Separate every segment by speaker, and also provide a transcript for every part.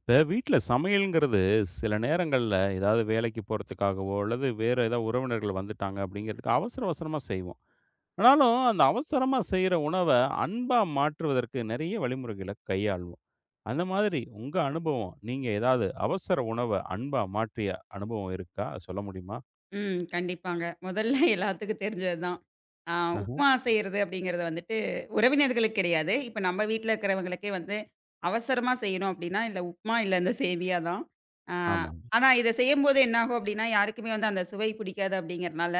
Speaker 1: இப்ப வீட்ல சமையல்ங்கிறது சில நேரங்கள்ல ஏதாவது வேலைக்கு போறதுக்காகவோ, அல்லது வேற ஏதாவது உறவினர்கள் வந்துட்டாங்க அப்படிங்கிறதுக்கு அவசர அவசரமா செய்வோம். ஆனாலும் அந்த அவசரமா செய்ற உணவ அன்பா மாற்றுவதற்கு நிறைய வழிமுறைகளை கையாள்வோம். அந்த மாதிரி உங்க அனுபவம், நீங்க ஏதாவது அவசர உணவ அன்பா மாற்றிய அனுபவம் இருக்கா? அத சொல்ல முடியுமா?
Speaker 2: ம். கண்டிப்பாங்க. முதல்ல எல்லாத்துக்கும் தெரிஞ்சதுதான். ஆ
Speaker 1: அஹ.
Speaker 2: உப்புமா செய்றது அப்படிங்கிறது வந்துட்டு உறவினர்களுக்கு கிடையாது. இப்ப நம்ம வீட்ல இருக்கிறவங்களுக்கே வந்து அவசரமா செய்யணும் அப்படின்னா, இல்ல உப்புமா, இல்ல இந்த சேமியா தான். ஆ
Speaker 1: ஆமா.
Speaker 2: ஆனா இத செய்யும்போது என்னாகும் அப்படின்னா, யாருக்குமே வந்து அந்த சுவை பிடிக்காது அப்படிங்கிறனால,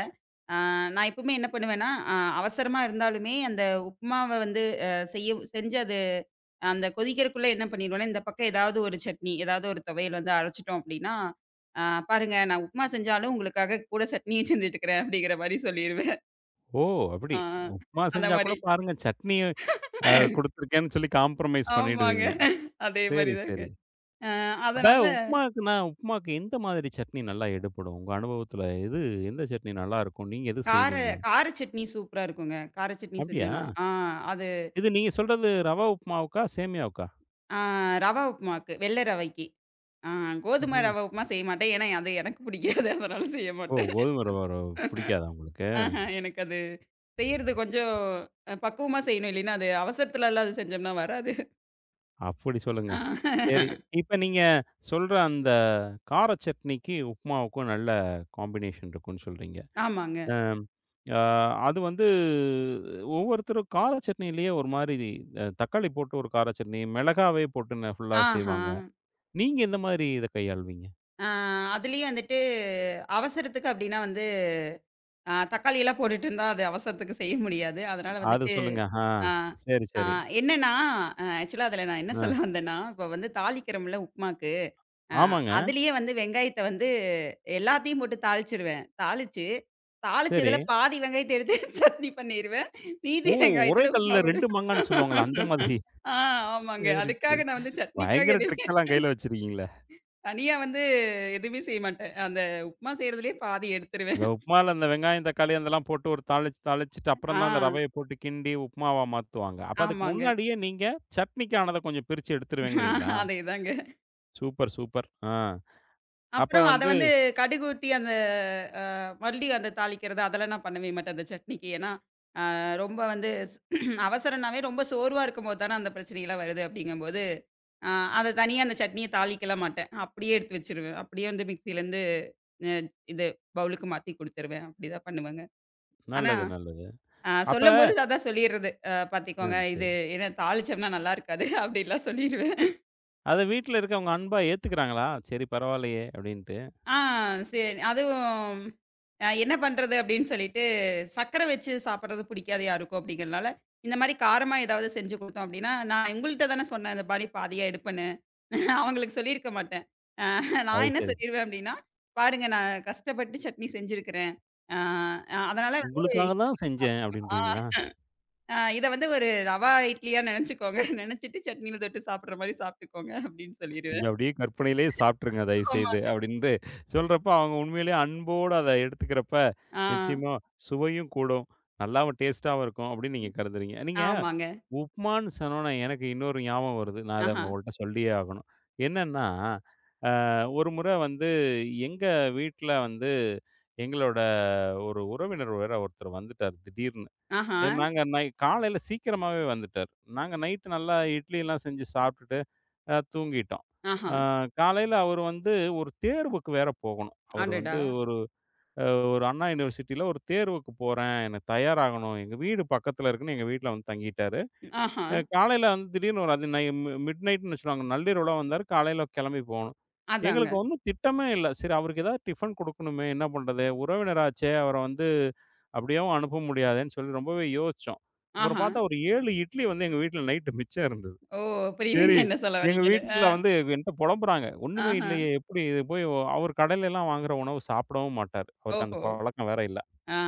Speaker 2: ஆ நான் எப்பவுமே என்ன பண்ணுவேன்னா, அவசரமா இருந்தாலுமே அந்த உப்புமாவ வந்து செய்ய செஞ்சு அது அந்த கொதிக்கிறதுக்குள்ள என்ன பண்ணிருவேன்னா, இந்த பக்கம் ஏதாவது ஒரு சட்னி, ஏதாவது ஒரு துவையல் வந்து அரைச்சுட்டோம் அப்படின்னா ஆ பாருங்க நான் உப்புமா செஞ்சாலும் உங்களுக்காக கூட சட்னியும் செஞ்சுட்டுருக்கிறேன் அப்படிங்கிற மாரி சொல்லிருவேன்.
Speaker 1: ஓ! அப்படி.
Speaker 2: ஆ
Speaker 1: உப்புமா
Speaker 2: அந்த
Speaker 1: செஞ்சா கூட
Speaker 2: மாரி.
Speaker 1: பாருங்க சட்னி அ குடுத்துருக்கேன்னு சொல்லி காம்ப்ரமைஸ்
Speaker 2: ஆமாங்க.
Speaker 1: பண்ணிடுவீங்க.
Speaker 2: அதே மாரி
Speaker 1: சரி,
Speaker 2: தாங்க.
Speaker 1: சரி.
Speaker 2: அ
Speaker 1: அப்ப
Speaker 2: அதனால
Speaker 1: உப்புமாக்குன்னா, உப்புமாக்கு எந்த மாதிரி சட்னி நல்லா எடுபடும்? உங்க அனுபவத்துல எது எந்த சட்னி நல்லாருக்கும்? நீங்க எது
Speaker 2: கார
Speaker 1: செய்வீங்க?
Speaker 2: கார சட்னி சூப்பரா இருக்குங்க. கார சட்னி
Speaker 1: அப்படியா?
Speaker 2: செஞ்சோன்னா, அது
Speaker 1: இது நீங்க சொல்றது ரவா உப்புமாவுக்கா? சேமியாவுக்கா?
Speaker 2: ஆ ரவா உப்புமாக்கு, வெள்ள ரவைக்கு. ஆ கோதுமை
Speaker 1: ம்ஹ்ம்.
Speaker 2: ரவா உப்புமா செய்ய மாட்டேன். ஏன்னா அது எனக்கு பிடிக்காது. அதனால செய்ய
Speaker 1: ஓ!
Speaker 2: மாட்டேன்.
Speaker 1: கோதுமை ரவா பிடிக்காதா உங்களுக்கு?
Speaker 2: எனக்கு அது செய்யறது கொஞ்சம் பக்குவமா செய்யணும். இல்லைன்னா அது அவசரத்துலலாம் அது செஞ்சோம்னா வராது.
Speaker 1: அப்படி சொல்லுங்க.
Speaker 2: ஆ
Speaker 1: சரி. இப்ப நீங்க சொல்ற அந்த கார சட்னிக்கு, உப்புமாவுக்கும் நல்ல காம்பினேஷன் இருக்குன்னு சொல்றீங்க.
Speaker 2: ஆமாங்க.
Speaker 1: அம் அ அது வந்து ஒவ்வொருத்தரும் கார சட்னியிலேயே ஒரு மாரி தக்காளி போட்டு ஒரு கார சட்னி, மிளகாவே போட்டு ஃபுல்லா
Speaker 2: ஆஹா.
Speaker 1: செய்வாங்க. நீங்க எந்த மாதிரி இத கையாள்வீங்க?
Speaker 2: ஆ அதுலயும் வந்துட்டு அவசரத்துக்கு அப்டின்னா வந்து, தக்காளி எல்லாம் போட்டுட்டு இருந்தா அது அவசரத்துக்கு செய்ய முடியாது. அதனால
Speaker 1: அத
Speaker 2: வந்துட்டு
Speaker 1: சொல்லுங்க. ஆ.
Speaker 2: அ
Speaker 1: சரி,
Speaker 2: அ
Speaker 1: சரி.
Speaker 2: என்னன்னா, ஆக்சுவலா அதுல நான் என்ன
Speaker 1: ஆ.
Speaker 2: சொல்ல வந்தேன்னா, இப்ப வந்து தாளிக்கிறோம்ல உப்புமாக்கு, அ
Speaker 1: ஆமாங்க.
Speaker 2: அதுலயே வந்து வெங்காயத்த வந்து எல்லாத்தையும் போட்டு தாளிச்சுருவேன். தாளிச்சு,
Speaker 1: சரி.
Speaker 2: தாளிச்சதுல பாதி வெங்காயத்த எடுத்து சட்னி பண்ணிருவேன். மீதி
Speaker 1: ஓ! ஒரே
Speaker 2: வெங்காயத்துல உப்புமா
Speaker 1: கல்லுல 2
Speaker 2: போடுவேன்.
Speaker 1: மாங்கான்னு சொல்லுவாங்களே, அந்த மாதிரி.
Speaker 2: ஆ ஆமாங்க.
Speaker 1: சரி, சரி.
Speaker 2: அதுக்காக நான் வந்து சட்னிக்காக
Speaker 1: பயங்கர
Speaker 2: எதுவுமே
Speaker 1: ட்ரிக்கெல்லாம் கையில வச்சிருக்கீங்களே.
Speaker 2: தனியா வந்து எதுவுமே செய்ய மாட்டேன். அந்த உப்புமா செய்றதுலயே பாதி
Speaker 1: அந்த
Speaker 2: எடுத்துருவேன்.
Speaker 1: உப்புமால அந்த வெங்காயம், தக்காளி அதெல்லாம் போட்டு ஒரு தாளிச்சு தாளிச்சுட்டு அப்புறம் தான் அந்த
Speaker 2: ஆ,
Speaker 1: ரவைய போட்டு கிண்டி உப்புமாவா மாத்துவாங்க. அப்ப அதுக்கு
Speaker 2: ஆமாங்க.
Speaker 1: முன்னாடியே நீங்க சட்னிக்கானத கொஞ்சம் பிரிச்சு
Speaker 2: ஆ,
Speaker 1: எடுத்துருவேங்கிறீங்களா?
Speaker 2: அதேதாங்க.
Speaker 1: Super, super. ஆ. அப்ப
Speaker 2: அப்புறம் அத
Speaker 1: வந்து
Speaker 2: வந்து கடுகு ஊத்தி அந்த அ மறுபடியும் அந்த தாளிக்கிறது அதெல்லாம் நான் பண்ணவே மாட்டேன் அந்த சட்னிக்கு. ஏன்னா, ரொம்ப வந்து அவசரம்னாவே ரொம்ப சோர்வா இருக்கும்போது தானே அந்த பிரச்சனைலாம் வருது அப்படிங்கும்போது, அ அத தனியா அந்த சட்னிய தாளிக்கலாம் மாட்டேன். அப்படியே எடுத்து வச்சுருவேன். அப்படியே வந்து மிக்ஸிலேருந்து அ இது பவுலுக்கு மாத்தி குடுத்துருவேன். அப்படிதான் பண்ணுவேங்க. ஆனா
Speaker 1: நல்லது, நல்லது. அப்ப
Speaker 2: சொல்லும்போது அதான் சொல்லிர்றது. பாத்துக்கோங்க
Speaker 1: ம் சரி.
Speaker 2: இது ஏன்னா தாளிச்சோம்னா நல்லா இருக்காது அப்படின்லாம் சொல்லிருவேன்.
Speaker 1: அத வீட்ல இருக்கவங்க அன்பா ஏத்துக்கிறாங்களா? சரி பரவாயில்லயே! அப்படின்ட்டு.
Speaker 2: ஆ சரி. அதுவும் என்ன பண்றது அப்படின்னு சொல்லிட்டு, சர்க்கரை வச்சு சாப்பிடுறது பிடிக்காது யாருக்கும் அப்படிங்கிறனால, இந்த மாரி காரமா ஏதாவது செஞ்சு குடுத்தோம் அப்படின்னா, நான் உங்கள்ட்ட தானே சொன்னேன் இந்த மாரி பாதியா எடுப்பேன்னு. அவங்களுக்கு சொல்லியிருக்க மாட்டேன். அ
Speaker 1: அது
Speaker 2: நான் என்ன
Speaker 1: சரி.
Speaker 2: சொல்லிருவேன் அப்படின்னா, பாருங்க நான் கஷ்டப்பட்டு சட்னி செஞ்சிருக்கிறேன். அ அ, அதனால வந்து
Speaker 1: "உங்களுக்காக தான் செஞ்சேன்"
Speaker 2: ஆ
Speaker 1: அப்படின்றீங்களா?
Speaker 2: ஆ இத வந்து ஒரு ரவா இட்லியா நெனச்சுக்கோங்க. நெனச்சுட்டு சட்னியில தொட்டு சாப்பிடுற மாரி சாப்பிட்டுக்கோங்க அப்டின்னு சொல்லிருவேன்.
Speaker 1: கொஞ்சம் அப்படியே கற்பனையிலேயே சாப்பிட்டுருங்க தயவுசெய்து
Speaker 2: ஆமாங்க.
Speaker 1: அப்படின்ட்டு சொல்றப்ப, அவங்க உண்மையிலேயே அன்போட அத எடுத்துக்கிறப்ப,
Speaker 2: ஆ.
Speaker 1: நிச்சயமா சுவையும் கூடும். நல்லாவும் டேஸ்ட்டாவும் இருக்கும் அப்படின்னு நீங்க கருதுறீங்க. நீங்க
Speaker 2: ஆமாங்க.
Speaker 1: உப்மான்னு சொன்னோனே எனக்கு இன்னொரு ஞாபகம் வருது. நான் அத
Speaker 2: ஆஹா,
Speaker 1: உங்கள்ட்ட சொல்லியே ஆகணும். என்னன்னா, அ ஒரு முறை வந்து எங்க வீட்ல வந்து எங்களோட ஒரு உறவினர் வேற ஒருத்தர் வந்துட்டாரு திடீர்னு.
Speaker 2: ஆஹா,
Speaker 1: நாங்க காலையில சீக்கிரமாவே வந்துட்டாரு. நாங்க நைட்டு நல்லா இட்லிலாம் செஞ்சு சாப்பிட்டுட்டு தூங்கிட்டோம்.
Speaker 2: ஆஹா.
Speaker 1: அ காலையில அவரு வந்து ஒரு தேர்வுக்கு வேற போகணும். அவரு
Speaker 2: அடடா!
Speaker 1: வந்து ஒரு அ ஒரு அண்ணா யுனிவர்சிட்டியில ஒரு தேர்வுக்கு போறேன். எனக்கு தயாராகணும். எங்க வீடு பக்கத்துல இருக்குன்னு எங்க வீட்ல வந்து தங்கிட்டாரு.
Speaker 2: ஆஹா.
Speaker 1: காலையில வந்து திடீர்னு ஒரு அது நை மி மிட் நைட்ன்னு வச்சுக்கோங்க. நள்ளிரவுல வந்தாரு. காலையில கிளம்பி போகணும்.
Speaker 2: அதாங்க.
Speaker 1: எங்களுக்கு ஒண்ணும் திட்டமே இல்ல. சரி அவருக்கு ஏதாவது டிஃபன் குடுக்கணுமே! என்ன பண்றது? உறவினராச்சே! அவர வந்து அப்படியேவும் அனுப்ப முடியாதேன்னு சொல்லி ரொம்பவே யோசிச்சோம். அப்புறம்
Speaker 2: ஆஹா.
Speaker 1: பார்த்தா ஒரு 7 இட்லி வந்து எங்க வீட்ல நைட்டு மிச்சம் இருந்தது.
Speaker 2: ஓ! புரியுதுங்க
Speaker 1: சரி.
Speaker 2: என்ன சொல்ல
Speaker 1: எங்க
Speaker 2: வர்றீங்கன்னு.
Speaker 1: வீட்ல வந்து என்ட்ட பொலம்புறாங்க. "ஒண்ணுமே
Speaker 2: ஆஹா.
Speaker 1: இல்லையே! எப்படி இது போய் ஒ" அவர் கடையிலலாம் வாங்குற உணவு சாப்பிடவும் மாட்டாரு. அவருக்கு அந்த
Speaker 2: ஓஹோ!
Speaker 1: பழக்கம் வேற இல்ல.
Speaker 2: ஆ.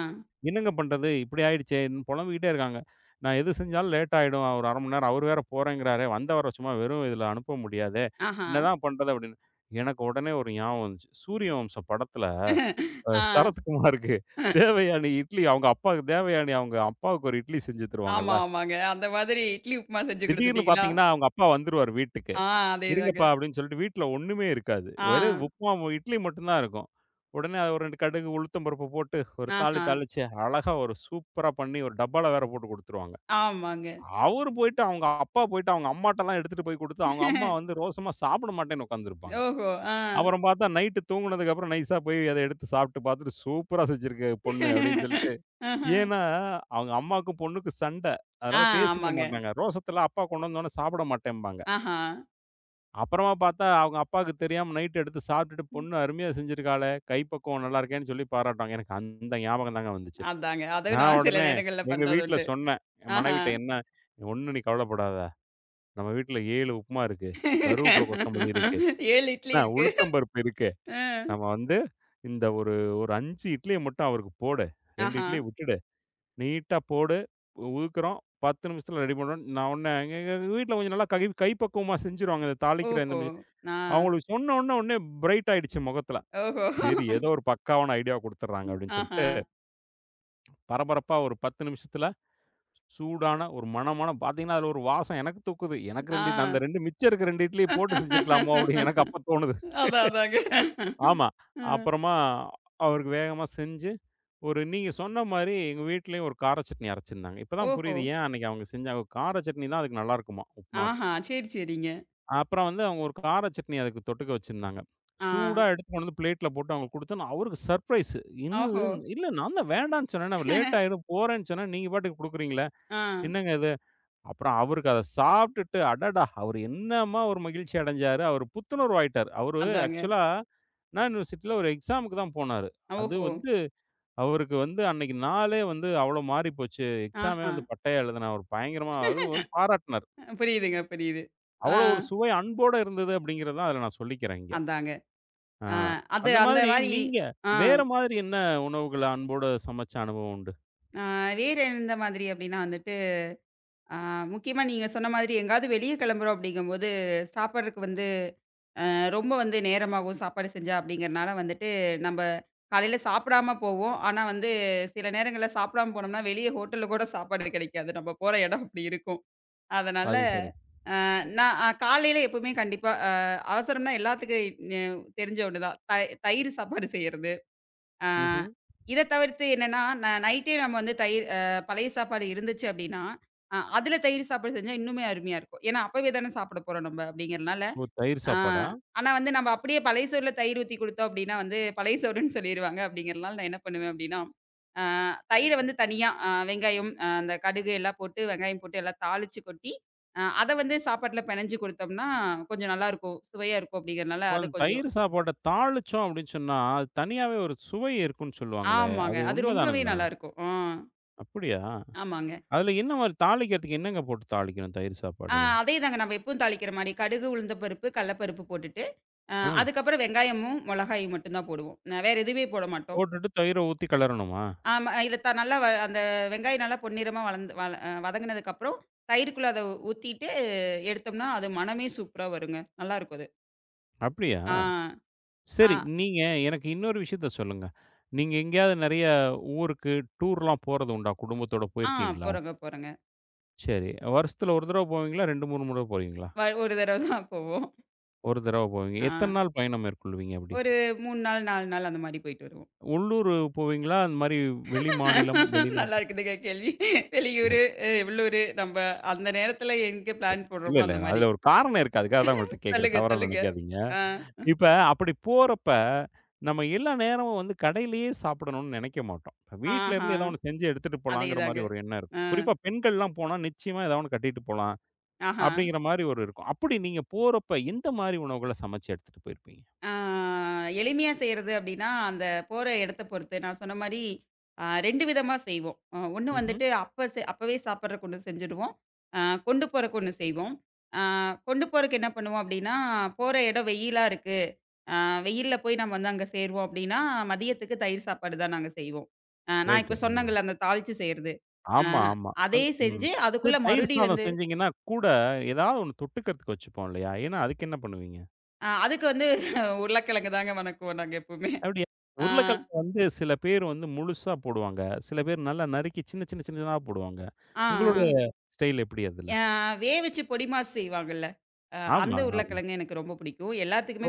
Speaker 1: "என்னங்க பண்றது? இப்படி ஆயிடுச்சேன்னு" பொலம்பிக்கிட்டே இருக்காங்க. நான் எது செஞ்சாலும் லேட் ஆயிடும். ஒரு ½ மணி நேரம். அவரு வேற போறேங்கிறாரே! வந்தவர சும்மா வெறும் இதுல அனுப்ப முடியாதே!
Speaker 2: ஆஹா.
Speaker 1: என்னதான் பண்றது? அப்படின்னு. எனக்கு உடனே ஒரு ஞாபகம் வந்துச்சு. சூரிய வம்சம் படத்துல
Speaker 2: ஆ.
Speaker 1: சரத்குமாருக்கு தேவயானி இட்லி அவங்க அப்பாவுக்கு தேவயானி அவங்க அப்பாவுக்கு ஒரு இட்லி செஞ்சு தருவாங்கல்ல.
Speaker 2: ஆமா, ஆமாங்க. அந்த மாதிரி இட்லி உப்புமா செஞ்சு
Speaker 1: திடீர்னு
Speaker 2: குடுத்துட்டீங்களா?
Speaker 1: பார்த்தீங்கன்னா, அவங்க அப்பா வந்துருவாரு வீட்டுக்கு.
Speaker 2: ஆ அதேதாங்க.
Speaker 1: இருங்கப்பா அப்படின்னு சொல்லிட்டு வீட்ல ஒண்ணுமே இருக்காது.
Speaker 2: ஆ.
Speaker 1: வெறும் உப்புமா, இட்லி மட்டும் தான் இருக்கும். உடனே அது ஒரு 2 கடுகு, உளுத்தம் பருப்பு போட்டு ஒரு தாளி
Speaker 2: ஆஹா.
Speaker 1: தாளிச்சு அழகா ஒரு சூப்பரா பண்ணி ஒரு டப்பால வேற போட்டு குடுத்துருவாங்க.
Speaker 2: ஆமாங்க.
Speaker 1: அவரு போயிட்டு அவங்க அப்பா போயிட்டு அவங்க அம்மாட்டலாம் எடுத்துட்டு போய் குடுத்து, அவங்க அம்மா வந்து ரோசமா சாப்பிட மாட்டேன்னு உட்கார்ந்துருப்பாங்க.
Speaker 2: ஓஹோ! ஆ.
Speaker 1: அப்புறம் பார்த்தா நைட்டு தூங்குனதுக்கு அப்புறம் நைஸா போய் அத எடுத்து சாப்பிட்டு பார்த்துட்டு, "சூப்பரா செஞ்சிருக்கு பொண்ணு" அப்படின்னு சொல்லிட்டு.
Speaker 2: ஆஹா.
Speaker 1: ஏன்னா அவங்க அம்மாக்கும் பொண்ணுக்கும் சண்டை.
Speaker 2: ஆ,
Speaker 1: அதனால பேசிக்க
Speaker 2: ஆமாங்க.
Speaker 1: மாட்டாங்க. ரோசத்தலாம் அப்பா கொண்டு வந்தோனே சாப்பிட மாட்டேன்பாங்க.
Speaker 2: ஆஹா.
Speaker 1: அப்புறமா பார்த்தா, அவங்க அப்பாவுக்கு தெரியாம நைட் எடுத்து சாப்பிட்டுட்டு,
Speaker 2: ம்.
Speaker 1: "பொண்ணு அருமையா செஞ்சிருக்காளே, கைப்பக்குவம் நல்லா இருக்கேன்னு" சொல்லி பாராட்டுவாங்க. எனக்கு அந்த ஞாபகம் தாங்க வந்துச்சு.
Speaker 2: அதாங்க. அதுவும்
Speaker 1: நான்
Speaker 2: நான் சில
Speaker 1: உடனே
Speaker 2: நேரங்கள்ல
Speaker 1: எங்க
Speaker 2: பண்றது
Speaker 1: வீட்ல
Speaker 2: உண்டு.
Speaker 1: சொன்னேன். என்
Speaker 2: ஆஹா.
Speaker 1: மனைவிட்ட, "என்ன ஒண்ணும் நீ கவலைப்படாத. நம்ம வீட்ல 7 உப்புமா இருக்கு. கருவேப்பில கொத்தமல்லி இருக்கு.
Speaker 2: 7 இட்லி
Speaker 1: என்ன
Speaker 2: இருக்கு.
Speaker 1: உளுத்தம் பருப்பு இருக்கு.
Speaker 2: அ.
Speaker 1: நம்ம வந்து இந்த ஒரு ஒரு 5 இட்லிய மட்டும் அவருக்கு போடு. 2
Speaker 2: ஆஹா.
Speaker 1: இட்லிய விட்டுடு. நீட்டா போடு. உதுக்குறோம். 10 நிமிஷத்துல ரெடி பண்ணுறோம்." நான் உடனே எங்க எங்க வீட்ல கொஞ்சம் நல்லா கைப்பக்குவமா செஞ்சுருவாங்க. இந்த தாளிக்கிற இந்த
Speaker 2: ஓஹோ! ஆ.
Speaker 1: அவங்களுக்கு சொன்ன உடனே உடனே பிரைட் ஆயிடுச்சு முகத்துல.
Speaker 2: ஓஹோ!
Speaker 1: சரி ஏதோ ஒரு பக்காவான ஐடியா குடுத்துடுறாங்க அப்படின்னு
Speaker 2: ஆஹா.
Speaker 1: சொல்லிட்டு, பரபரப்பா ஒரு 10 நிமிஷத்துல சூடான ஒரு மணமான பார்த்தீங்கன்னா, அதுல ஒரு வாசம் எனக்கு தூக்குது. எனக்கு
Speaker 2: ஆ.
Speaker 1: 2 இட்லி அந்த 2 மிச்சம் இருக்க 2 இட்லிய போட்டு செஞ்சிருக்கலாமோ அப்படின்னு எனக்கு அப்ப தோணுது.
Speaker 2: அதான், அதாங்க.
Speaker 1: ஆமா.
Speaker 2: அ.
Speaker 1: அப்புறமா அவருக்கு வேகமா செஞ்சு, ஒரு நீங்க சொன்ன மாரி எங்க வீட்லயும் ஒரு கார சட்னி அரைச்சிருந்தாங்க. இப்ப தான்
Speaker 2: ஓஹோ!
Speaker 1: புரியுது ஏன் அன்னைக்கு அவங்க செஞ்சாங்க. கார சட்னி தான் அதுக்கு நல்லாருக்குமாம். உப்புமா
Speaker 2: ஆஹா. சரி, சரிங்க.
Speaker 1: அப்புறம் வந்து அவங்க ஒரு கார சட்னி அதுக்கு தொட்டுக்க வச்சிருந்தாங்க.
Speaker 2: ஆ.
Speaker 1: சூடா எடுத்து கொண்டு வந்து பிளேட்ல போட்டு அவங்களுக்கு குடுத்தோன, அவருக்கு சர்ப்ரைஸ். என்னது?
Speaker 2: ஓஹோ!
Speaker 1: இல்ல நான் தான் வேண்டான்னு சொன்னேனே, லேட் ஆயிரும் போறேன்னு சொன்னேன். நீங்க பாட்டுக்கு குடுக்குறீங்களே!
Speaker 2: ஆ.
Speaker 1: என்னங்க இது? அப்புறம் அவருக்கு அத சாப்பிட்டுட்டு, அடடா! அவரு என்னம்மா ஒரு மகிழ்ச்சி அடைஞ்சாரு. அவரு புத்துணர்வு ஆயிட்டாரு. அவரு
Speaker 2: அதாங்க.
Speaker 1: ஆக்சுவலா அண்ணா யுனிவர்சிட்டில ஒரு எக்ஸாமுக்கு தான் போனாரு. அது
Speaker 2: ஓஹோ!
Speaker 1: வந்து அவருக்கு வந்து அன்னைக்கு நாளே வந்து அவ்ளோ மாறி போச்சு. எக்ஸாமே
Speaker 2: ஆஹா.
Speaker 1: வந்து பட்டையா எழுதினாரு. ஒரு பயங்கரமா அவரு வந்து பாராட்டுனாரு.
Speaker 2: புரியுதுங்க, புரியுது. ஆ.
Speaker 1: அவ்ளோ ஒரு சுவை அன்போட இருந்தது அப்படிங்கிறத தான் அதுல நான் சொல்லிக்கிறேன் இங்க.
Speaker 2: அதாங்க.
Speaker 1: ஆ.
Speaker 2: ஆ, அது
Speaker 1: அந்த
Speaker 2: அந்த
Speaker 1: மாதிரி
Speaker 2: மாரி
Speaker 1: நீங்க
Speaker 2: ஆ,
Speaker 1: வேற மாதிரி என்ன உணவுகள அன்போட சமைச்ச அனுபவம் உண்டு?
Speaker 2: ஆ வேற எந்த மாதிரி அப்டின்னா வந்துட்டு, ஆ முக்கியமா நீங்க சொன்ன மாதிரி எங்கயாவது வெளிய கிளம்புறோம் அப்டிங்கும்போது, சாப்பாடுறக்கு வந்து ரொம்ப வந்து நேரமாகும் சாப்பாடு செஞ்சா அப்டிங்கிறனால வந்துட்டு, நம்ப காலையில சாப்பிடாம போவோம். ஆனா வந்து சில நேரங்கள்ல சாப்பிடாம போனோம்னா, வெளிய ஹோட்டல்ல கூட சாப்பாடு கிடைக்காது. நம்ம போற இடம் அப்டி இருக்கும். அதனால
Speaker 1: அது சரி.
Speaker 2: நான் காலையில எப்பவுமே கண்டிப்பா அவசரம்னா எல்லாத்துக்கும் தெரிஞ்ச ஒண்ணு தான். தயிர் சாப்பாடு செய்யறது. ஆ,
Speaker 1: ம்ஹ்ம்.
Speaker 2: இத தவிர்த்து என்னன்னா, நைட்டே நம்ம வந்து தயிர் பழைய சாப்பாடு இருந்துச்சு அப்படின்னா, அதில தயிர் சாப்பாடு செஞ்சா இன்னுமே அருமையா இருக்கும். ஏன்னா, அப்பவே தானே சாப்பிட போறோம் நம்ம அப்படிங்கிறனால.
Speaker 1: ஓ! தயிர்
Speaker 2: ஆ
Speaker 1: சாப்பாடா?
Speaker 2: ஆனா வந்து நம்ம அப்படியே பழைய சோறுல தயிர் ஊத்தி குடுத்தோம் அப்படின்னா வந்து, பழைய சோறுன்னு சொல்லிருவாங்க. அப்படிங்கிறனால நான் என்ன பண்ணுவேன் அப்படின்னா, ஆ தயிர வந்து தனியா வெங்காயம், அந்த கடுகு எல்லாம் போட்டு, வெங்காயம் போட்டு எல்லாம் தாளிச்சு கொட்டி, அத வந்து சாப்பாட்டுல பெனஞ்சு குடுத்தோம்னா, கொஞ்சம் நல்லாருக்கும். சுவையா இருக்கும் அப்படிங்கிறனால
Speaker 1: ஓ!
Speaker 2: அது
Speaker 1: அந்த
Speaker 2: கொஞ்சம்
Speaker 1: தயிர் சாப்பாட்ட தாளிச்சோம் அப்படின்னு சொன்னா, அது தனியாவே ஒரு சுவை இருக்குன்னு சொல்லுவாங்களே!
Speaker 2: ஆமாங்க.
Speaker 1: அது
Speaker 2: அது ரொம்பவே
Speaker 1: உண்மைதானுங்களா?
Speaker 2: நல்லாருக்கும். ஆ.
Speaker 1: அப்படியா?
Speaker 2: ஆமாங்க.
Speaker 1: அதுல என்ன மாரி தாளிக்கிறதுக்கு என்னங்க போட்டு தாளிக்கணும் தயிர் சாப்பாடு?
Speaker 2: அதேதாங்க. நம்ம எப்பவும் தாளிக்கிற மாரி. கடுகு, உளுந்த பருப்பு, கடல பருப்பு போட்டுட்டு,
Speaker 1: ம்.
Speaker 2: அதுக்கப்புறம் வெங்காயமும், மொளகாயும் மட்டும் தான் போடுவோம். வேற எதுவுமே போட மாட்டோம்.
Speaker 1: போட்டுட்டு தயிர ஊத்தி கிளறணுமா?
Speaker 2: ஆமா இத நல்லா அந்த வெங்காயம் நல்லா பொன்னிறமா வளந்து வள அ வதங்குனதுக்கப்புறம், தயிருக்குள்ள அத ஊத்திட்டு எடுத்தோம்னா, அது மணமே சூப்பரா வருங்க. நல்லாருக்கும் அது.
Speaker 1: அப்படியா?
Speaker 2: ஆ,
Speaker 1: சரி.
Speaker 2: ஆ,
Speaker 1: நீங்க எனக்கு இன்னொரு விஷயத்த சொல்லுங்க. நீங்க எங்கேயாவது நெறைய ஊருக்கு டூர்லாம் போறது உண்டா? குடும்பத்தோட
Speaker 2: ஆ
Speaker 1: போயிருக்கீங்களா?
Speaker 2: போறோங்க, போறோங்க.
Speaker 1: சரி. வருஷத்துல 1 தடவ போவீங்களா? 2, 3 முறை போவீங்களா?
Speaker 2: ஒரு தடவ தான் போவோம்.
Speaker 1: 1 தடவ போவீங்க.
Speaker 2: ஆ
Speaker 1: எத்தன நாள் பயணம் மேற்கொள்வீங்க அப்படி?
Speaker 2: ஒரு 3 நாள், 4 நாள் அந்த மாரி போயிட்டு வருவோம்.
Speaker 1: உள்ளூர் போவீங்களா? அந்த மாரி வெளி மாநிலம்,
Speaker 2: நல்லா
Speaker 1: வெளிநாட்டு
Speaker 2: இருக்குதுங்க கேள்வி.
Speaker 1: இல்ல.
Speaker 2: வெளியூரு, உள்ளூரு நம்ம அந்த நேரத்துல எங்க பிளான்
Speaker 1: இல்ல,
Speaker 2: போடுறோமோ
Speaker 1: இல்ல.
Speaker 2: அந்த மாரி.
Speaker 1: அதுல ஒரு காரணம் இருக்கு. அதுக்காக தான் உங்கள்ட்ட கேட்கிறேன்.
Speaker 2: சொல்லுங்க,
Speaker 1: தவறா
Speaker 2: சொல்லுங்க.
Speaker 1: நெனைக்காதீங்க.
Speaker 2: ஆ,
Speaker 1: இப்ப அப்படி போறப்ப, நம்ம எல்லா நேரமும் வந்து கடையிலேயே சாப்பிடணும்னு நெனைக்க மாட்டோம். இப்ப வீட்ல
Speaker 2: ஆஹா.
Speaker 1: இருந்து ஏதோ ஒண்ணு செஞ்சு எடுத்துட்டு போலாங்கிற
Speaker 2: அதேதாங்க.
Speaker 1: மாரி ஒரு எண்ணம்
Speaker 2: ஆ,
Speaker 1: இருக்கும். குறிப்பா பெண்கள்லாம் போனா நிச்சயமா ஏதா ஒண்ணு கட்டிட்டு போலாம்,
Speaker 2: ஆஹா.
Speaker 1: அப்படிங்கிற மாரி ஒரு இருக்கும். அப்படி நீங்க போறப்ப எந்த மாரி உணவுகள சமைச்சு எடுத்துட்டு போயிருப்பீங்க?
Speaker 2: ஆ எளிமையா செய்றது அப்டின்னா, அந்த போற இடத்த பொறுத்து. நான் சொன்ன மாரி 2 விதமா செய்வோம். ஒண்ணு
Speaker 1: ம்ஹ்ம்.
Speaker 2: வந்துட்டு அப்ப அப்பவே சாப்பிடுறக்கு ஒண்ணு செஞ்சுடுவோம். அ கொண்டு போறக்கு ஒண்ணு செய்வோம். ஆ கொண்டு போறக்கு என்ன பண்ணுவோம் அப்டின்னா, போற இடம் வெயிலா இருக்கு. ஆ வெயில்ல போய் நம்ம வந்து அங்க சேர்வோம் அப்படின்னா, மதியத்துக்கு தயிர் சாப்பாடு தான் நாங்க செய்வோம். நான்
Speaker 1: ரைட்.
Speaker 2: இப்ப சொன்னேங்கல்ல அந்த தாளிச்சு செய்றது. அ
Speaker 1: ஆமா, ஆமா.
Speaker 2: அதே
Speaker 1: அந் ம்.
Speaker 2: செஞ்சு
Speaker 1: சரி
Speaker 2: அதுக்குள்ள
Speaker 1: தயிர்
Speaker 2: மறுபடி
Speaker 1: சாதம்
Speaker 2: வந்து
Speaker 1: செஞ்சீங்கன்னா, கூட ஏதாவது ஒண்ணு தொட்டுக்கிறதுக்கு வச்சுப்போம் இல்லையா? ஏன்னா அதுக்கு என்ன பண்ணுவீங்க?
Speaker 2: அதுக்கு வந்து உருளைக்கிழங்கு தாங்க வணக்குவோம் நாங்க எப்பவுமே.
Speaker 1: அப்படியா?
Speaker 2: ஆ,
Speaker 1: உருளைக்கிழங்கு வந்து சில பேர் வந்து முழுசா போடுவாங்க. சில பேர் நல்லா நறுக்கி சின்ன சின்ன சின்னதா போடுவாங்க.
Speaker 2: ஆ, ஆ.
Speaker 1: உங்களுடைய ஸ்டைல் எப்படி அதுல?
Speaker 2: அ வேவிச்சு பொடி மாஸ் செய்வாங்கல்ல. அந்த
Speaker 1: ஆமா.
Speaker 2: உருளைக்கிழங்கு எனக்கு ரொம்ப பிடிக்கும்.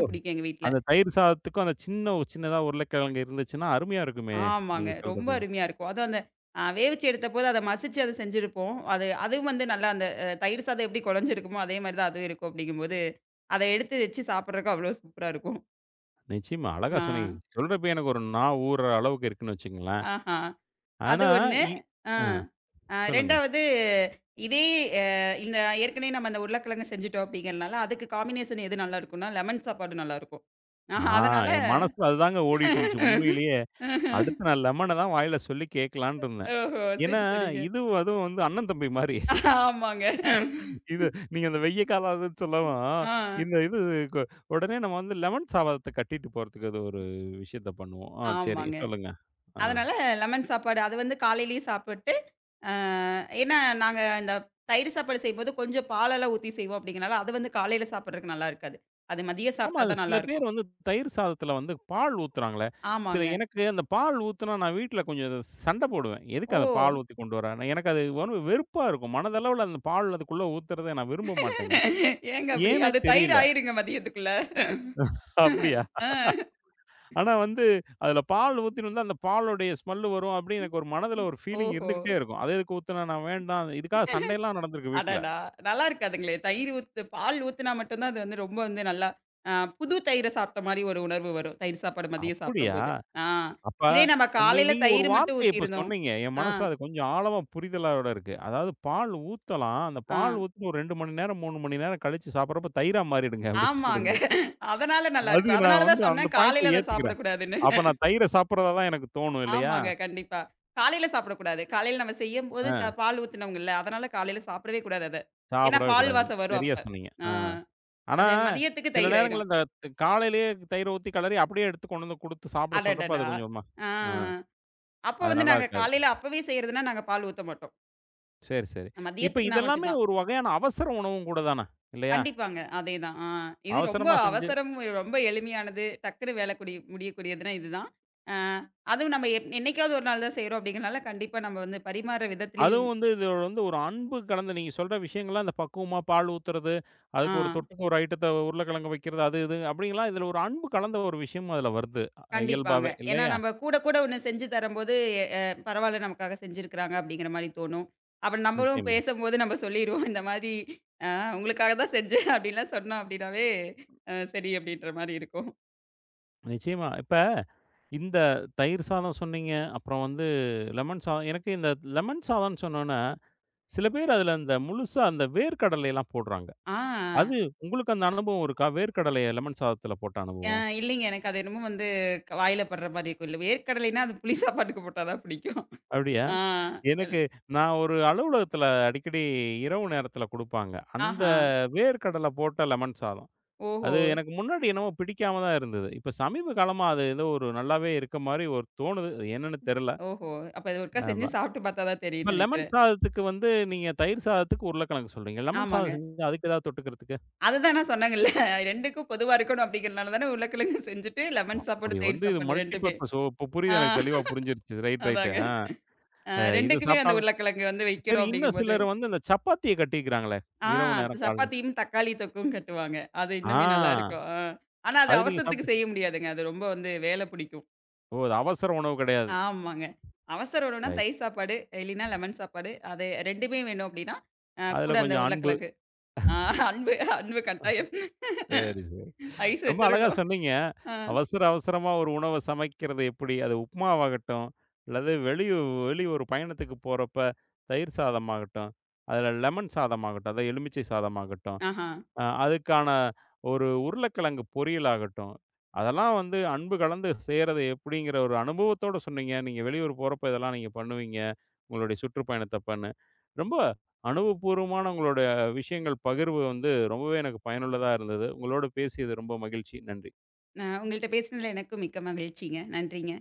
Speaker 1: ஓ!
Speaker 2: பிடிக்கும் எங்க வீட்ல.
Speaker 1: அந்த தயிர் சாதத்துக்கும் அந்த சின்ன சின்னதா உருளைக்கிழங்கு இருந்துச்சுன்னா, அருமையா இருக்குமே!
Speaker 2: ஆமாங்க.
Speaker 1: நீங்க
Speaker 2: ரொம்ப
Speaker 1: சொல்றது.
Speaker 2: அருமையா இருக்கும். அதுவும் அந்த வேவிச்சு எடுத்தபோது அத மசிச்சு அத செஞ்சிருப்போம். அது அதுவும் வந்து நல்லா அந்த தயிர் சாதம் எப்படி குழஞ்சிருக்குமோ, அதே மாரி தான் அதுவும் இருக்கும் அப்படிங்கும்போது அத எடுத்து வச்சு சாப்பிடுறதுக்கு அவ்வளோ சூப்பரா இருக்கும்.
Speaker 1: நிச்சயமா. அழகா
Speaker 2: ஆ.
Speaker 1: சொன்னீங்க. சொல்றப்பயே எனக்கு ஒரு ஊர்ற அளவுக்கு இருக்குன்னு வச்சுக்கங்களேன்.
Speaker 2: ஆஹா! அது
Speaker 1: ஆனா
Speaker 2: ஒண்ணு.
Speaker 1: இ
Speaker 2: ஆ.
Speaker 1: ஆ சொல்லுங்க.
Speaker 2: 2வது இதே அ இந்த ஏற்கனவே நம்ம அந்த உருளைக்கிழங்கு செஞ்சுட்டோம் அப்படிங்கிறனால, அதுக்கு காம்பினேஷன் எது நல்லாருக்கும்னா, லெமன் சாப்பாடு நல்லாருக்கும்.
Speaker 1: ஆ
Speaker 2: ஆஹா அதனால
Speaker 1: என் மனசுல அதுதாங்க ஓடிட்டு இருந்துச்சு. உண்மையிலேயே அடுத்து நான் லெமன தான் வாயில சொல்லி கேட்கலான்ட்டு இருந்தேன்.
Speaker 2: ஓஹோ!
Speaker 1: ஏன்னா,
Speaker 2: சரி, சரிங்க.
Speaker 1: இதுவும் அதுவும் வந்து அண்ணன் தம்பி மாரி.
Speaker 2: ஆமாங்க.
Speaker 1: இது நீங்க அந்த வெய்ய காலம் அதுன்னு சொல்லவும்,
Speaker 2: ஆ.
Speaker 1: இந்த கு உடனே நம்ம வந்து லெமன் சாதத்த கட்டிட்டு போறதுக்கு அது ஒரு விஷயத்த பண்ணுவோம். ஆ சரி
Speaker 2: ஆமாங்க.
Speaker 1: சொல்லுங்க. ஆ.
Speaker 2: அதனால லெமன் சாப்பாடு அது வந்து காலையிலேயே சாப்பிட்டு, அ ஏன்னா நாங்க இந்த தயிர் சாப்பாடு செய்யும்போது கொஞ்சம் பாலெல்லாம் ஊத்தி செய்வோம் அப்படிங்கிறனால, அது வந்து காலையில சாப்பிடுறதுக்கு நல்லா இருக்காது. அது மதியம்
Speaker 1: ஆமா,
Speaker 2: சாப்பிட்டா
Speaker 1: அது
Speaker 2: தான்
Speaker 1: சில பேர்
Speaker 2: நல்லாருக்கும்.
Speaker 1: வந்து தயிர் சாதத்துல வந்து பால் ஊத்துறாங்களே! சில
Speaker 2: ஆமாங்க.
Speaker 1: எனக்கு அந்த பால் ஊத்துனா நான் வீட்ல கொஞ்சம் இது சண்ட போடுவேன். எதுக்கு
Speaker 2: ஓ!
Speaker 1: அத பால் ஊத்தி கொண்டு வர? நான் எனக்கு அது ஒரு வெறுப்பா இருக்கும். மனதளவுல அந்த பால் அதுக்குள்ள ஊத்துறத நான் விரும்ப மாட்டேங்கிறேன்.
Speaker 2: ஏங்க அப்படி?
Speaker 1: ஏன்னே
Speaker 2: அது தயிர்
Speaker 1: தெரியல.
Speaker 2: ஆயிருங்க மதியத்துக்குள்ள.
Speaker 1: அப்படியா?
Speaker 2: ஆ.
Speaker 1: ஆனா வந்து, அதில பால் ஊத்தினோம்ல, அந்த பாலுடைய ஸ்மெல் வரும் அப்டின்னு எனக்கு ஒரு மனதில ஒரு ஃபீலிங்
Speaker 2: ஓஹோ!
Speaker 1: இருந்துகிட்டே இருக்கும். "அது எதுக்கு ஊத்துன? நான் வேண்டாம்." இதுக்காக சண்டைலாம் நடந்திருக்கு வீட்ல.
Speaker 2: அடடா! நல்லா இருக்காதுங்களே. தயிர் ஊத்து பால் ஊத்துனா மட்டும் தான் அது வந்து ரொம்ப வந்து நல்லா அ புது தயிர சாப்பிட்ட மாரி ஒரு உணர்வு வரும். தயிர் சாப்பாடு மதியம்
Speaker 1: "அப்படியா?
Speaker 2: சாப்பிடும்போது. ஆ.
Speaker 1: அப்ப
Speaker 2: இதே நம்ம காலையில
Speaker 1: நீங்க ஒரு
Speaker 2: தயிர் மட்டும்
Speaker 1: வார்த்தைய இப்ப
Speaker 2: ஊத்தியிருந்தோம்.
Speaker 1: சொன்னீங்க. என்
Speaker 2: ஆ,
Speaker 1: மனசுல அது கொஞ்சம் ஆழமா புரிதலோட இருக்கு. அதாவது பால் ஊத்தலாம். அந்த
Speaker 2: ஆ.
Speaker 1: பால் ஊத்தி ஒரு 2 மணி நேரம், 3 மணி நேரம் கழிச்சு சாப்பிடுறப்ப தயிரா மாறிடுங்க." அப்டின்னு
Speaker 2: ஆமாங்க.
Speaker 1: சொல்றீங்களே.
Speaker 2: அதனால
Speaker 1: அது
Speaker 2: நல்லாருக்கும்.
Speaker 1: நான்
Speaker 2: அதனால
Speaker 1: வந்து
Speaker 2: தான்
Speaker 1: அந்த
Speaker 2: சொன்னேன், காலையில
Speaker 1: பாயிண்ட்ட
Speaker 2: அத
Speaker 1: ஏத்துக்கிறேன்.
Speaker 2: சாப்பிடக்கூடாதுன்னு.
Speaker 1: அப்ப நான் தயிர சாப்பிடுறதா தான் எனக்கு தோணும் இல்லையா?
Speaker 2: ஆமாங்க, கண்டிப்பா. காலையில சாப்பிடக்கூடாது. காலையில நம்ம செய்யும்போது
Speaker 1: ஆ
Speaker 2: பால் ஊத்துனோங்கல்ல, அதனால காலையில சாப்பிடவே கூடாது அத. ஏன்னா
Speaker 1: சாப்பிடவே
Speaker 2: பால்
Speaker 1: கூடாதுன்னு.
Speaker 2: வாசம் வரும்
Speaker 1: சரியா
Speaker 2: அப்ப.
Speaker 1: சொன்னீங்க.
Speaker 2: ஆ
Speaker 1: ஆ. ஆனா,
Speaker 2: அது மதியத்துக்கு
Speaker 1: சில
Speaker 2: தயிர்
Speaker 1: நேரங்கள்ல
Speaker 2: ஆயிரும்.
Speaker 1: இந்த காலையிலேயே தயிர ஊத்தி கெளறி அப்படியே எடுத்து கொண்டு வந்து குடுத்து சாப்பிட சொல்றப்ப, அது
Speaker 2: அடடடா!
Speaker 1: கொஞ்சம் ம
Speaker 2: ஆ.
Speaker 1: அ
Speaker 2: அப்போ
Speaker 1: அது
Speaker 2: வந்து
Speaker 1: நல்லா
Speaker 2: நாங்க
Speaker 1: இருக்காது.
Speaker 2: காலையில அப்பவே செய்றதுன்னா, நாங்க பால் ஊத்த மாட்டோம்.
Speaker 1: சரி, சரி. இப்ப
Speaker 2: மதியத்துக்குனா மட்டும்
Speaker 1: இதெல்லாமே
Speaker 2: தான்.
Speaker 1: ஒரு வகையான அவசர உணவும் கூட தான, இல்லையா?
Speaker 2: கண்டிப்பாங்க. அதேதான். இது ரொம்ப
Speaker 1: அவசரமா செஞ்சு
Speaker 2: அவசரம், ரொம்ப எளிமையானது, டக்குனு வேல கூடி முடியக்கூடியதுன்னா இதுதான். ஆ அதுவும் நம்ம என்னைக்காவது ஒரு நாள் தான் செய்றோம் அப்படிங்கிறனால, கண்டிப்பா நம்ம வந்து பரிமாற விதத்திலயும்
Speaker 1: அதுவும் வந்து இது வந்து ஒரு அன்பு கலந்த நீங்க சொல்ற விஷயங்கள்லாம் இந்த பக்குவமா பால் ஊத்துறது,
Speaker 2: ஆ
Speaker 1: அதுக்கு ஒரு தொட்டுக்க ஒரு ஐட்டத்த உருளைக்கிழங்கு வைக்கிறது, அது இது அப்படிங்கலாம் இதுல ஒரு அன்பு கலந்த ஒரு விஷயமும் அதுல வருது.
Speaker 2: கண்டிப்பாங்க.
Speaker 1: இயல்பாவே
Speaker 2: ஏன்னா
Speaker 1: இல்லையா?
Speaker 2: நம்ம கூட கூட ஒண்ணு செஞ்சு தரும்போது, எ அ பரவால்ல நமக்காக செஞ்சிருக்கிறாங்க அப்படிங்கிற மாரி தோணும். அப்புறம் நம்மளும்
Speaker 1: நிச்சயமா,
Speaker 2: பேசம்போது நம்ம சொல்லிருவோம். இந்த மாதிரி ஆ உங்களுக்காக தான் செஞ்சேன் அப்படின்லாம் சொன்னோம் அப்படின்னாவே, சரி அப்படின்ற மாரி இருக்கும்.
Speaker 1: நிச்சயமா. இப்ப இந்த தயிர் சாதம் சொன்னீங்க. அப்புறம் வந்து லெமன் சாதம். எனக்கு இந்த லெமன் சாதம்ன்னு சொன்னோனே, சில பேர் அதுல அந்த முழுசா அந்த வேர்க்கடலைலாம் போடுறாங்க.
Speaker 2: ஆ.
Speaker 1: அது உங்களுக்கு அந்த அனுபவம் இருக்கா? வேர்க்கடலைய லெமன் சாதத்துல போட்ட
Speaker 2: ஆ
Speaker 1: அனுபவம்?
Speaker 2: இல்லைங்க. எனக்கு அது என்னமோ வந்து வாயில படுற மாரி இருக்கும். இல்ல வேர்க்கடலைன்னா அது புளி சாப்பாட்டுக்கு போட்டா தான் பிடிக்கும்.
Speaker 1: அப்படியா?
Speaker 2: ஆ.
Speaker 1: எனக்கு நான் ஒரு அலுவலகத்துல அடிக்கடி இரவு நேரத்துல குடுப்பாங்க. அந்த
Speaker 2: ஆஹா.
Speaker 1: வேர்க்கடல போட்ட லெமன் சாதம்.
Speaker 2: ஓஹோ!
Speaker 1: அது எனக்கு முன்னாடி என்னமோ பிடிக்காம தான் இருந்தது. இப்ப சமீப காலமா அது ஏதோ ஒரு நல்லாவே இருக்க மாரி ஒரு தோணுது. அது என்னன்னு தெர்ல.
Speaker 2: ஓஹோ! அப்ப அது ஒருக்கா செஞ்சு
Speaker 1: அ
Speaker 2: சாப்பிட்டு பார்த்தா தான்
Speaker 1: இப்ப
Speaker 2: தெரியும்ன்னு
Speaker 1: லெமன்
Speaker 2: நெனைக்கிறேன்.
Speaker 1: சாதத்துக்கு வந்து நீங்க தயிர் சாதத்துக்கு உருளைக்கிழங்கு சொல்றீங்க. லெமன்
Speaker 2: ஆமாங்க.
Speaker 1: சாதம் செஞ்சா அதுக்கு ஏதாவது தொட்டுக்கிறதுக்கு?
Speaker 2: அதுதான் நான் சொன்னேங்கல்ல. 2க்கும் பொதுவா இருக்கணும் அப்படிங்கிறனால தானே உருளைக்கிழங்கு செஞ்சுட்டு
Speaker 1: ஓ!
Speaker 2: லெமன்
Speaker 1: அப்படி
Speaker 2: சாப்பாடு,
Speaker 1: வந்து
Speaker 2: தயிர்
Speaker 1: இது
Speaker 2: சாப்பாடு
Speaker 1: மல்டி
Speaker 2: 2மே.
Speaker 1: பர்ப்பஸ். ஓ! இப்ப
Speaker 2: ஆ
Speaker 1: புரியுது எனக்கு தெளிவா புரிஞ்சிருச்சு. ரைட்.
Speaker 2: அதாங்க.
Speaker 1: ஆ இது
Speaker 2: 2க்குமே அந்த
Speaker 1: சாப்பிட்டாலும்
Speaker 2: உருளைக்கிழங்கு வந்து
Speaker 1: சரி
Speaker 2: வைக்கிறோம்
Speaker 1: இன்னும்
Speaker 2: அப்படிங்கும்போது,
Speaker 1: சிலர் வந்து இந்த சப்பாத்திய கட்டிக்கிறாங்களே!
Speaker 2: ஆ
Speaker 1: இரவு நேரம் காலைல.
Speaker 2: சப்பாத்தியும் தக்காளி தொக்கும் கட்டுவாங்க. அது இன்னுமே
Speaker 1: ஆ
Speaker 2: நல்லாருக்கும். ஆ. ஆனா அது
Speaker 1: அது நீங்க
Speaker 2: அவசரத்துக்கு
Speaker 1: சாப்பிட்டு
Speaker 2: செய்ய முடியாதுங்க. அது ரொம்ப வந்து வேல பிடிக்கும்.
Speaker 1: ஓ! அது அவசர உணவு கிடையாது.
Speaker 2: ஆமாங்க. அவசர உணவுனா
Speaker 1: ரைட்.
Speaker 2: தயிர் சாப்பாடு, இல்லைன்னா லெமன் சாப்பாடு. அது 2மே வேணும் அப்படின்னா,
Speaker 1: அதுல
Speaker 2: கூட அந்த
Speaker 1: கொஞ்சம் அன்பு.
Speaker 2: உருளைக்கிழங்கு. ஆ அன்பு அன்பு கட்டாயம்.
Speaker 1: சரி, சரி.
Speaker 2: ஐஸ்
Speaker 1: ரொம்ப அழகா
Speaker 2: வச்சிரணும்.
Speaker 1: சொன்னீங்க.
Speaker 2: ஆ.
Speaker 1: அவசர அவசரமா ஒரு உணவ சமைக்கிறது எப்படி? அது உப்புமாவாகட்டும், அல்லது வெளி வெளி ஒரு பயணத்துக்கு போறப்ப தயிர் சாதமாகட்டும், அதில லெமன் சாதமாகட்டும், அதாவது எலுமிச்சை சாதமாகட்டும்,
Speaker 2: ஆஹா.
Speaker 1: அதுக்கான ஒரு உருளைக்கிழங்கு பொரியல் ஆகட்டும். அதெல்லாம் வந்து அன்பு கலந்து செய்றது எப்படிங்கிற ஒரு அனுபவத்தோட சொன்னீங்க. நீங்க வெளியூர் போறப்ப இதெல்லாம் நீங்க பண்ணுவீங்க. உங்களுடைய சுற்றுப்பயணத்தப்பன்னு. ரொம்ப அனுபவபூர்வமான உங்களுடைய விஷயங்கள் பகிர்வு வந்து ரொம்பவே எனக்கு பயனுள்ளதா இருந்தது. உங்களோடு பேசியது ரொம்ப மகிழ்ச்சி. நன்றி.
Speaker 2: உங்கள்ட்ட பேசினதுல எனக்கும் மிக்க மகிழ்ச்சிங்க. நன்றிங்க.